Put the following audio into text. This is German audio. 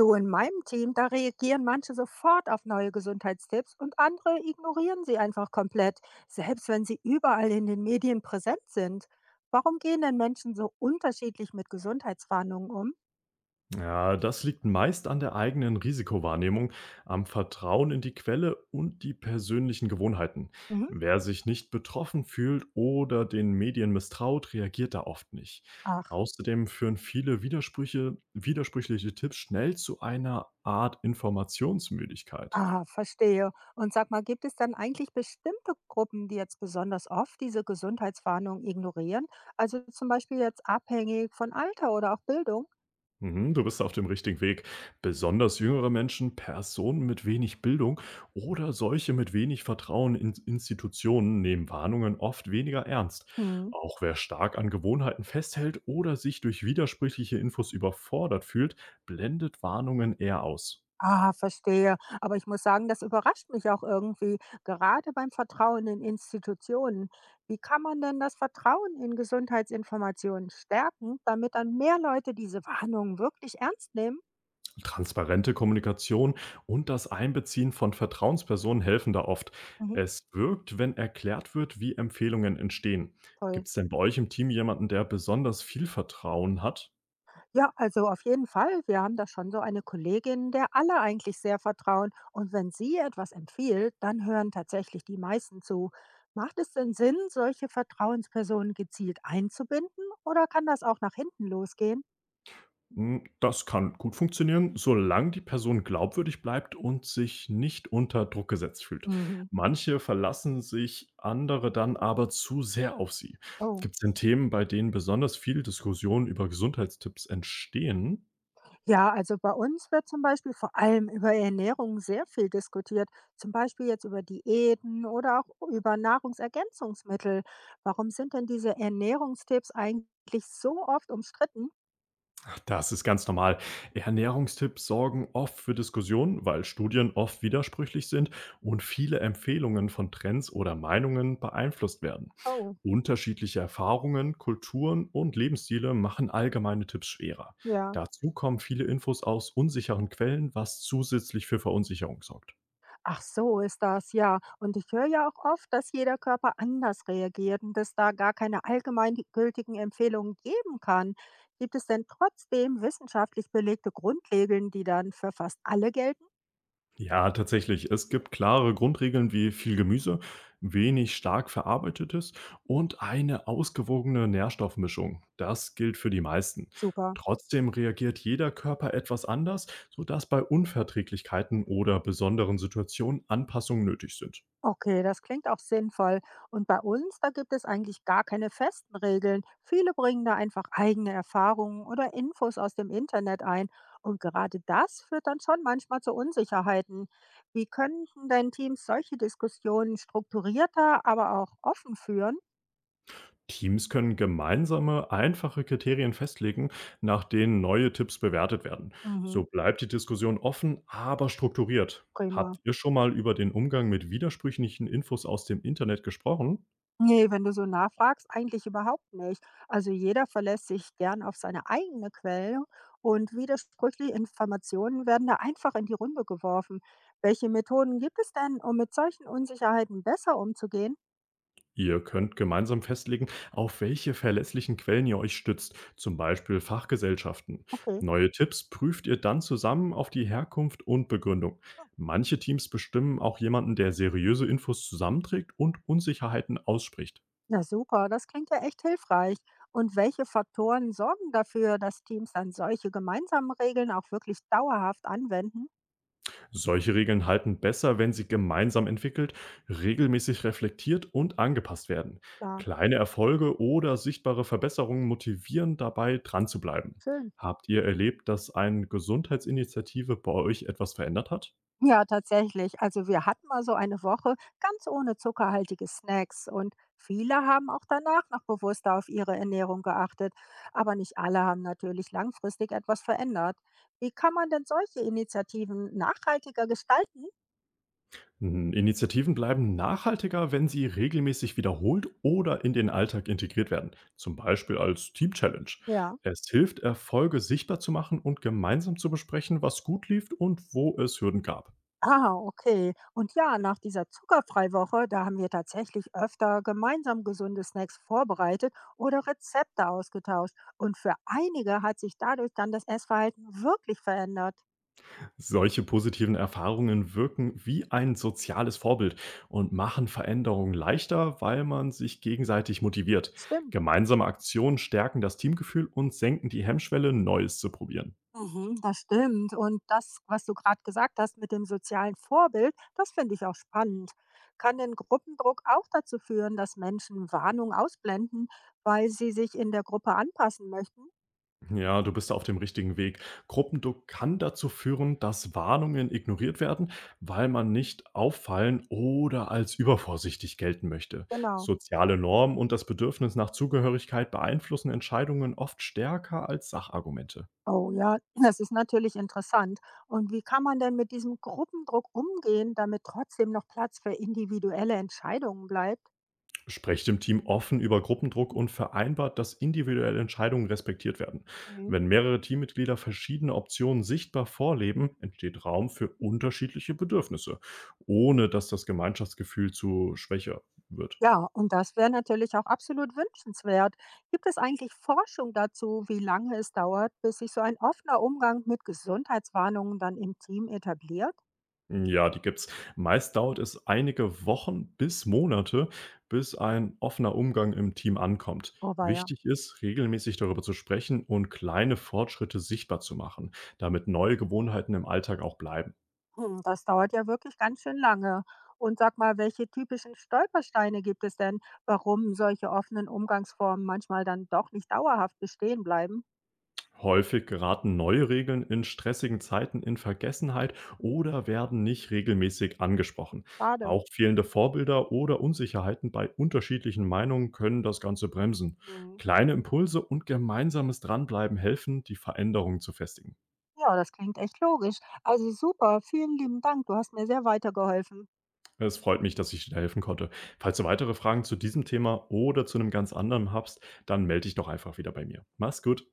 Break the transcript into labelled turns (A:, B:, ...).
A: So in meinem Team, da reagieren manche sofort auf neue Gesundheitstipps und andere ignorieren sie einfach komplett, selbst wenn sie überall in den Medien präsent sind. Warum gehen denn Menschen so unterschiedlich mit Gesundheitswarnungen um?
B: Ja, das liegt meist an der eigenen Risikowahrnehmung, am Vertrauen in die Quelle und die persönlichen Gewohnheiten.
A: Mhm.
B: Wer sich nicht betroffen fühlt oder den Medien misstraut, reagiert da oft nicht.
A: Ach,
B: Außerdem führen viele Widersprüche, widersprüchliche Tipps schnell zu einer Art Informationsmüdigkeit.
A: ah, verstehe. Und sag mal, gibt es dann eigentlich bestimmte Gruppen, die jetzt besonders oft diese Gesundheitswarnungen ignorieren? Also zum Beispiel jetzt abhängig von Alter oder auch Bildung?
B: Mhm. Du bist auf dem richtigen Weg. Besonders jüngere Menschen, Personen mit wenig Bildung oder solche mit wenig Vertrauen in Institutionen nehmen Warnungen oft weniger ernst.
A: Hm.
B: Auch wer stark an Gewohnheiten festhält oder sich durch widersprüchliche Infos überfordert fühlt, blendet Warnungen eher aus.
A: Ah, verstehe. Aber ich muss sagen, das überrascht mich auch irgendwie, gerade beim Vertrauen in Institutionen. Wie kann man denn das Vertrauen in Gesundheitsinformationen stärken, damit dann mehr Leute diese Warnungen wirklich ernst nehmen?
B: Transparente Kommunikation und das Einbeziehen von Vertrauenspersonen helfen da oft.
A: Mhm,
B: Es wirkt, wenn erklärt wird, wie Empfehlungen entstehen.
A: toll.
B: Gibt es denn bei euch im Team jemanden, der besonders viel Vertrauen hat?
A: Ja, also auf jeden Fall. Wir haben da schon so eine Kollegin, der alle eigentlich sehr vertrauen. Und wenn sie etwas empfiehlt, dann hören tatsächlich die meisten zu. Macht es denn Sinn, solche Vertrauenspersonen gezielt einzubinden oder kann das auch nach hinten losgehen?
B: Hm. Das kann gut funktionieren, solange die Person glaubwürdig bleibt und sich nicht unter Druck gesetzt fühlt.
A: Mhm.
B: Manche verlassen sich, andere dann aber zu sehr auf sie.
A: Oh,
B: Gibt es denn Themen, bei denen besonders viel Diskussion über Gesundheitstipps entstehen?
A: ja, also bei uns wird zum Beispiel vor allem über Ernährung sehr viel diskutiert. Zum Beispiel jetzt über Diäten oder auch über Nahrungsergänzungsmittel. Warum sind denn diese Ernährungstipps eigentlich so oft umstritten?
B: Das ist ganz normal. Ernährungstipps sorgen oft für Diskussionen, weil Studien oft widersprüchlich sind und viele Empfehlungen von Trends oder Meinungen beeinflusst werden.
A: Oh,
B: Unterschiedliche Erfahrungen, Kulturen und Lebensstile machen allgemeine Tipps schwerer.
A: ja.
B: Dazu kommen viele Infos aus unsicheren Quellen, was zusätzlich für Verunsicherung sorgt.
A: Ach so ist das, ja. Und ich höre ja auch oft, dass jeder Körper anders reagiert und es da gar keine allgemeingültigen Empfehlungen geben kann. Gibt es denn trotzdem wissenschaftlich belegte Grundregeln, die dann für fast alle gelten?
B: Ja, tatsächlich. Es gibt klare Grundregeln wie viel Gemüse, wenig stark verarbeitetes und eine ausgewogene Nährstoffmischung. Das gilt für die meisten.
A: Super.
B: Trotzdem reagiert jeder Körper etwas anders, sodass bei Unverträglichkeiten oder besonderen Situationen Anpassungen nötig sind.
A: Okay, das klingt auch sinnvoll. Und bei uns, da gibt es eigentlich gar keine festen Regeln. Viele bringen da einfach eigene Erfahrungen oder Infos aus dem Internet ein. Und gerade das führt dann schon manchmal zu Unsicherheiten. Wie könnten denn Teams solche Diskussionen strukturierter, aber auch offen führen?
B: Teams können gemeinsame, einfache Kriterien festlegen, nach denen neue Tipps bewertet werden.
A: Mhm,
B: So bleibt die Diskussion offen, aber strukturiert.
A: prima.
B: Habt ihr schon mal über den Umgang mit widersprüchlichen Infos aus dem Internet gesprochen?
A: Nee, wenn du so nachfragst, eigentlich überhaupt nicht. Also jeder verlässt sich gern auf seine eigene Quelle und widersprüchliche Informationen werden da einfach in die Runde geworfen. Welche Methoden gibt es denn, um mit solchen Unsicherheiten besser umzugehen?
B: Ihr könnt gemeinsam festlegen, auf welche verlässlichen Quellen ihr euch stützt, zum Beispiel Fachgesellschaften.
A: Okay.
B: Neue Tipps prüft ihr dann zusammen auf die Herkunft und Begründung.
A: Hm.
B: Manche Teams bestimmen auch jemanden, der seriöse Infos zusammenträgt und Unsicherheiten ausspricht.
A: Na super, das klingt ja echt hilfreich. Und welche Faktoren sorgen dafür, dass Teams dann solche gemeinsamen Regeln auch wirklich dauerhaft anwenden?
B: Solche Regeln halten besser, wenn sie gemeinsam entwickelt, regelmäßig reflektiert und angepasst werden.
A: Ja,
B: Kleine Erfolge oder sichtbare Verbesserungen motivieren dabei, dran zu bleiben.
A: schön.
B: Habt ihr erlebt, dass eine Gesundheitsinitiative bei euch etwas verändert hat?
A: Ja, tatsächlich. Also wir hatten mal so eine Woche ganz ohne zuckerhaltige Snacks und viele haben auch danach noch bewusster auf ihre Ernährung geachtet, aber nicht alle haben natürlich langfristig etwas verändert. Wie kann man denn solche Initiativen nachhaltiger gestalten?
B: Hm. Initiativen bleiben nachhaltiger, wenn sie regelmäßig wiederholt oder in den Alltag integriert werden, zum Beispiel als Team-Challenge.
A: Ja.
B: Es hilft, Erfolge sichtbar zu machen und gemeinsam zu besprechen, was gut lief und wo es Hürden gab.
A: Ah, okay. Und ja, nach dieser Zuckerfreiwoche, da haben wir tatsächlich öfter gemeinsam gesunde Snacks vorbereitet oder Rezepte ausgetauscht. Und für einige hat sich dadurch dann das Essverhalten wirklich verändert.
B: Solche positiven Erfahrungen wirken wie ein soziales Vorbild und machen Veränderungen leichter, weil man sich gegenseitig motiviert.
A: Stimmt.
B: Gemeinsame Aktionen stärken das Teamgefühl und senken die Hemmschwelle, Neues zu probieren.
A: Mhm, das stimmt. Und das, was du gerade gesagt hast mit dem sozialen Vorbild, das finde ich auch spannend. Kann denn Gruppendruck auch dazu führen, dass Menschen Warnung ausblenden, weil sie sich in der Gruppe anpassen möchten?
B: Ja, du bist da auf dem richtigen Weg. Gruppendruck kann dazu führen, dass Warnungen ignoriert werden, weil man nicht auffallen oder als übervorsichtig gelten möchte.
A: Genau.
B: Soziale Normen und das Bedürfnis nach Zugehörigkeit beeinflussen Entscheidungen oft stärker als Sachargumente.
A: Oh ja, das ist natürlich interessant. Und wie kann man denn mit diesem Gruppendruck umgehen, damit trotzdem noch Platz für individuelle Entscheidungen bleibt?
B: Sprecht im Team offen über Gruppendruck und vereinbart, dass individuelle Entscheidungen respektiert werden. Wenn mehrere Teammitglieder verschiedene Optionen sichtbar vorleben, entsteht Raum für unterschiedliche Bedürfnisse, ohne dass das Gemeinschaftsgefühl zu schwächer wird.
A: Ja, und das wäre natürlich auch absolut wünschenswert. Gibt es eigentlich Forschung dazu, wie lange es dauert, bis sich so ein offener Umgang mit Gesundheitswarnungen dann im Team etabliert?
B: Ja, die gibt's. Meist dauert es einige Wochen bis Monate, bis ein offener Umgang im Team ankommt.
A: Aber ja,
B: Wichtig ist, regelmäßig darüber zu sprechen und kleine Fortschritte sichtbar zu machen, damit neue Gewohnheiten im Alltag auch bleiben.
A: hm, das dauert ja wirklich ganz schön lange. Und sag mal, welche typischen Stolpersteine gibt es denn, warum solche offenen Umgangsformen manchmal dann doch nicht dauerhaft bestehen bleiben?
B: Häufig geraten neue Regeln in stressigen Zeiten in Vergessenheit oder werden nicht regelmäßig angesprochen.
A: Schade.
B: Auch fehlende Vorbilder oder Unsicherheiten bei unterschiedlichen Meinungen können das Ganze bremsen.
A: Hm.
B: Kleine Impulse und gemeinsames Dranbleiben helfen, die Veränderung zu festigen.
A: Ja, das klingt echt logisch. Also super, vielen lieben Dank. Du hast mir sehr weitergeholfen.
B: Es freut mich, dass ich dir helfen konnte. Falls du weitere Fragen zu diesem Thema oder zu einem ganz anderen hast, dann melde dich doch einfach wieder bei mir. Mach's gut.